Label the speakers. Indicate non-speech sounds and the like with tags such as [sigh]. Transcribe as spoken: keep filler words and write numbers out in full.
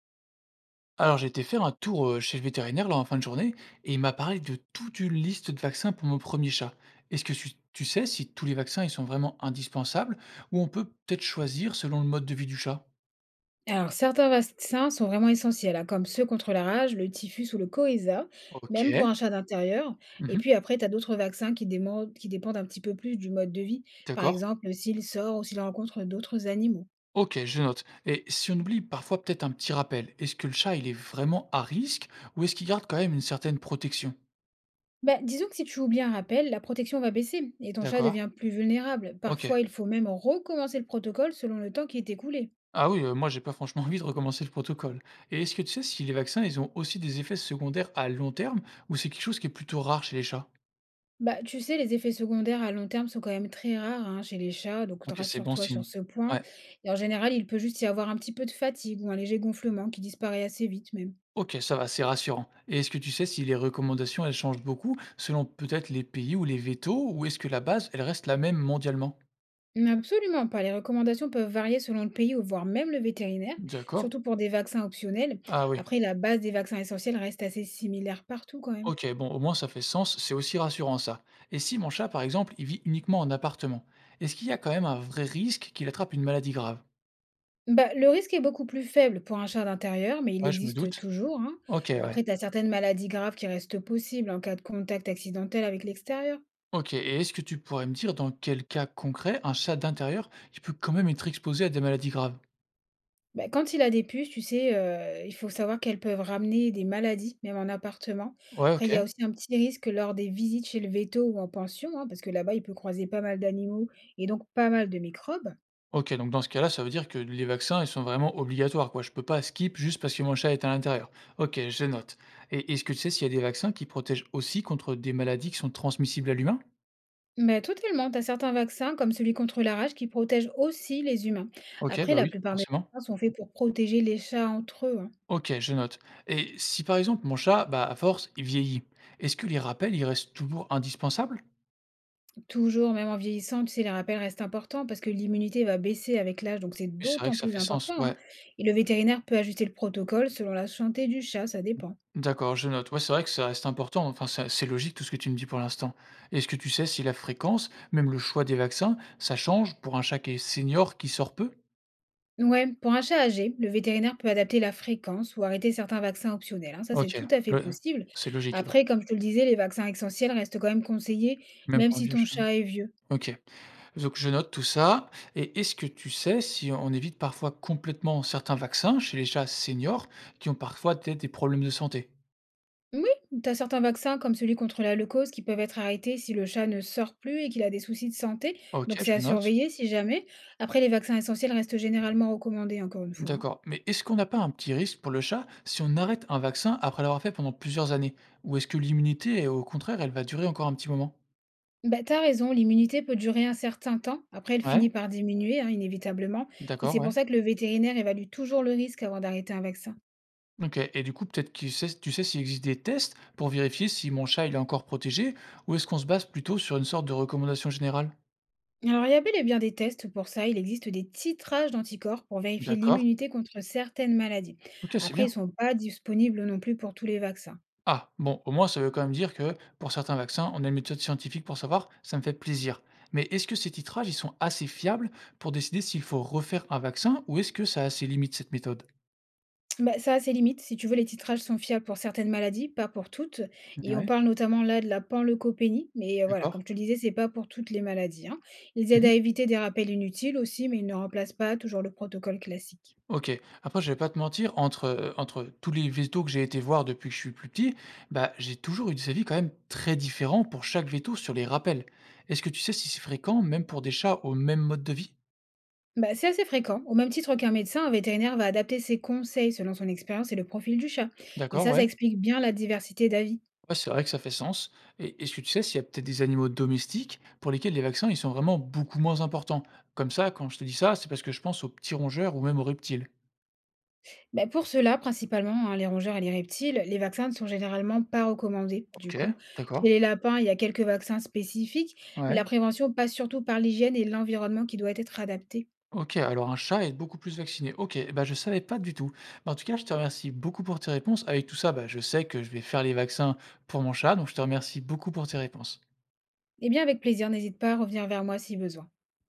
Speaker 1: Alors, j'ai été faire un tour euh, chez le vétérinaire là, en fin de journée et il m'a parlé de toute une liste de vaccins pour mon premier chat. Est-ce que tu, tu sais si tous les vaccins ils sont vraiment indispensables ou on peut peut-être choisir selon le mode de vie du chat?
Speaker 2: Alors, certains vaccins sont vraiment essentiels, hein, comme ceux contre la rage, le typhus ou le coryza,
Speaker 1: Ok,
Speaker 2: même pour un chat d'intérieur. Et
Speaker 1: mhm,
Speaker 2: puis après, tu as d'autres vaccins qui, démon- qui dépendent un petit peu plus du mode de vie, par
Speaker 1: d'accord.
Speaker 2: exemple s'il sort ou s'il rencontre d'autres animaux.
Speaker 1: Ok, je note. Et si on oublie parfois peut-être un petit rappel, est-ce que le chat il est vraiment à risque ou est-ce qu'il garde quand même une certaine protection?
Speaker 2: Bah, disons que si tu oublies un rappel, la protection va baisser et ton chat
Speaker 1: D'accord,
Speaker 2: devient plus vulnérable.
Speaker 1: ok.
Speaker 2: Parfois, il faut même recommencer le protocole selon le temps qui est écoulé.
Speaker 1: Ah oui, heu, moi j'ai pas franchement [laughs] envie de recommencer le protocole. Et est-ce que tu sais si les vaccins, ils ont aussi des effets secondaires à long terme ou c'est quelque chose qui est plutôt rare chez les chats?
Speaker 2: Bah, tu sais, les effets secondaires à long terme sont quand même très rares, hein, chez les chats, donc
Speaker 1: OK, c'est bon
Speaker 2: rassure-toi sur
Speaker 1: signe.
Speaker 2: ce point.
Speaker 1: Ouais,
Speaker 2: Et en général, il peut juste y avoir un petit peu de fatigue ou un léger gonflement qui disparaît assez vite même.
Speaker 1: OK, ça va, c'est rassurant. Et est-ce que tu sais si les recommandations, elles changent beaucoup selon peut-être les pays ou les vétos ou est-ce que la base, elle reste la même mondialement?
Speaker 2: Mais absolument pas. Les recommandations peuvent varier selon le pays ou voire même le vétérinaire,
Speaker 1: D'accord.
Speaker 2: surtout pour des vaccins optionnels.
Speaker 1: Ah oui.
Speaker 2: Après, la base des vaccins essentiels reste assez similaire partout quand même.
Speaker 1: OK, bon, au moins ça fait sens, c'est aussi rassurant ça. Et si mon chat, par exemple, il vit uniquement en appartement, est-ce qu'il y a quand même un vrai risque qu'il attrape une maladie grave?
Speaker 2: Bah, le risque est beaucoup plus faible pour un chat d'intérieur, mais il
Speaker 1: Ouais, je me
Speaker 2: existe
Speaker 1: doute.
Speaker 2: toujours, hein.
Speaker 1: OK,
Speaker 2: Après,
Speaker 1: ouais.
Speaker 2: tu as certaines maladies graves qui restent possibles en cas de contact accidentel avec l'extérieur.
Speaker 1: OK, et est-ce que tu pourrais me dire dans quel cas concret un chat d'intérieur, il peut quand même être exposé à des maladies graves?
Speaker 2: Bah, quand il a des puces, tu sais, heu, il faut savoir qu'elles peuvent ramener des maladies, même en appartement.
Speaker 1: Ouais,
Speaker 2: Après, il y
Speaker 1: OK.
Speaker 2: a aussi un petit risque lors des visites chez le véto ou en pension, hein, parce que là-bas, il peut croiser pas mal d'animaux et donc pas mal de microbes.
Speaker 1: OK, donc dans ce cas-là, ça veut dire que les vaccins, ils sont vraiment obligatoires, quoi. Je peux pas skip juste parce que mon chat est à l'intérieur. OK, je note. Et est-ce que tu sais s'il y a des vaccins qui protègent aussi contre des maladies qui sont transmissibles à l'humain?
Speaker 2: Mais totalement, tu as certains vaccins, comme celui contre la rage, qui protègent aussi les humains.
Speaker 1: OK,
Speaker 2: Après,
Speaker 1: bah
Speaker 2: la
Speaker 1: oui,
Speaker 2: plupart des
Speaker 1: forcément.
Speaker 2: vaccins sont faits pour protéger les chats entre eux, hein.
Speaker 1: OK, je note. Et si par exemple mon chat, bah à force, il vieillit, est-ce que les rappels, ils restent toujours indispensables?
Speaker 2: Toujours, même en vieillissant, tu sais, les rappels restent importants parce que l'immunité va baisser avec l'âge, donc c'est
Speaker 1: Oui, c'est vrai
Speaker 2: d'autant
Speaker 1: que ça
Speaker 2: plus
Speaker 1: fait sens,
Speaker 2: important, hein.
Speaker 1: ouais.
Speaker 2: Et le vétérinaire peut ajuster le protocole selon la santé du chat, ça dépend.
Speaker 1: D'accord, je note. Ouais, c'est vrai que ça reste important. Enfin, ça- c'est logique tout ce que tu me dis pour l'instant. Est-ce que tu sais si la fréquence, même le choix des vaccins, ça change pour un chat qui est senior qui sort peu?
Speaker 2: Ouais, pour un chat âgé, le vétérinaire peut adapter la fréquence ou arrêter certains vaccins optionnels, hein. Ça, c'est
Speaker 1: Ok,
Speaker 2: tout à fait
Speaker 1: le-
Speaker 2: possible.
Speaker 1: c'est logique alors.
Speaker 2: Après, comme je te le disais, les vaccins essentiels restent quand même conseillés,
Speaker 1: Même
Speaker 2: même
Speaker 1: pour un
Speaker 2: si
Speaker 1: vieux
Speaker 2: ton
Speaker 1: chat.
Speaker 2: chat est vieux.
Speaker 1: Ok, donc je note tout ça. Et est-ce que tu sais si on évite parfois complètement certains vaccins chez les chats seniors qui ont parfois peut-être des problèmes de santé?
Speaker 2: Oui, tu as certains vaccins comme celui contre la leucose qui peuvent être arrêtés si le chat ne sort plus et qu'il a des soucis de santé.
Speaker 1: Ok,
Speaker 2: Donc c'est à
Speaker 1: je note.
Speaker 2: surveiller si jamais. Après, les vaccins essentiels restent généralement recommandés, encore une fois, hein.
Speaker 1: D'accord. Mais est-ce qu'on n'a pas un petit risque pour le chat si on arrête un vaccin après l'avoir fait pendant plusieurs années? Ou est-ce que l'immunité, au contraire, elle va durer encore un petit moment?
Speaker 2: Bah, t'as raison, l'immunité peut durer un certain temps. Après, elle
Speaker 1: Ouais,
Speaker 2: finit par diminuer, hein, inévitablement. Et
Speaker 1: d'accord,
Speaker 2: c'est
Speaker 1: ouais.
Speaker 2: pour ça que le vétérinaire évalue toujours le risque avant d'arrêter un vaccin.
Speaker 1: Ok. Et du coup, peut-être que sais- tu sais s'il existe des tests pour vérifier si mon chat il est encore protégé, ou est-ce qu'on se base plutôt sur une sorte de recommandation générale?
Speaker 2: Alors, il y a bel et bien des tests pour ça. Il existe des titrages d'anticorps pour vérifier
Speaker 1: D'accord.
Speaker 2: l'immunité contre certaines maladies.
Speaker 1: Ok, c'est
Speaker 2: Après, ils ne
Speaker 1: bien.
Speaker 2: sont pas disponibles non plus pour tous les vaccins.
Speaker 1: Ah, bon, au moins ça veut quand même dire que pour certains vaccins, on a une méthode scientifique pour savoir, ça me fait plaisir. Mais est-ce que ces titrages, ils sont assez fiables pour décider s'il faut refaire un vaccin ou est-ce que ça a ses limites, cette méthode?
Speaker 2: Bah, ça a ses limites. Si tu veux, les titrages sont fiables pour certaines maladies, pas pour toutes. Et on
Speaker 1: Ouais,
Speaker 2: parle notamment là de la panleucopénie, mais euh, voilà,
Speaker 1: d'accord.
Speaker 2: comme je te le disais, c'est pas pour toutes les maladies, hein. Ils aident
Speaker 1: Mmh.
Speaker 2: à éviter des rappels inutiles aussi, mais ils ne remplacent pas toujours le protocole classique.
Speaker 1: OK. Après, je vais pas te mentir, entre, heu, entre tous les vétos que j'ai été voir depuis que je suis plus petit, bah, j'ai toujours eu des avis quand même très différents pour chaque veto sur les rappels. Est-ce que tu sais si c'est fréquent, même pour des chats au même mode de vie?
Speaker 2: Bah, c'est assez fréquent. Au même titre qu'un médecin, un vétérinaire va adapter ses conseils selon son expérience et le profil du chat. Et
Speaker 1: D'accord,
Speaker 2: ça, ça
Speaker 1: ouais.
Speaker 2: explique bien la diversité d'avis.
Speaker 1: Ouais, c'est vrai que ça fait sens et est-ce que tu sais s'il y a peut-être des animaux domestiques pour lesquels les vaccins, ils sont vraiment beaucoup moins importants? Comme ça, quand je te dis ça, c'est parce que je pense aux petits rongeurs ou même aux reptiles.
Speaker 2: Bah, pour cela, principalement, hein, les rongeurs et les reptiles, les vaccins ne sont généralement pas recommandés, du
Speaker 1: OK,
Speaker 2: coup. Chez
Speaker 1: d'accord.
Speaker 2: les lapins, il y a quelques vaccins spécifiques, mais
Speaker 1: Ouais.
Speaker 2: la prévention passe surtout par l'hygiène et l'environnement qui doit être adapté.
Speaker 1: OK, alors un chat est beaucoup plus vacciné. OK, bah, je savais pas du tout. Bah, en tout cas, je te remercie beaucoup pour tes réponses. Avec tout ça, bah, je sais que je vais faire les vaccins pour mon chat, donc je te remercie beaucoup pour tes réponses.
Speaker 2: Eh bien, avec plaisir, n'hésite pas à revenir vers moi si besoin.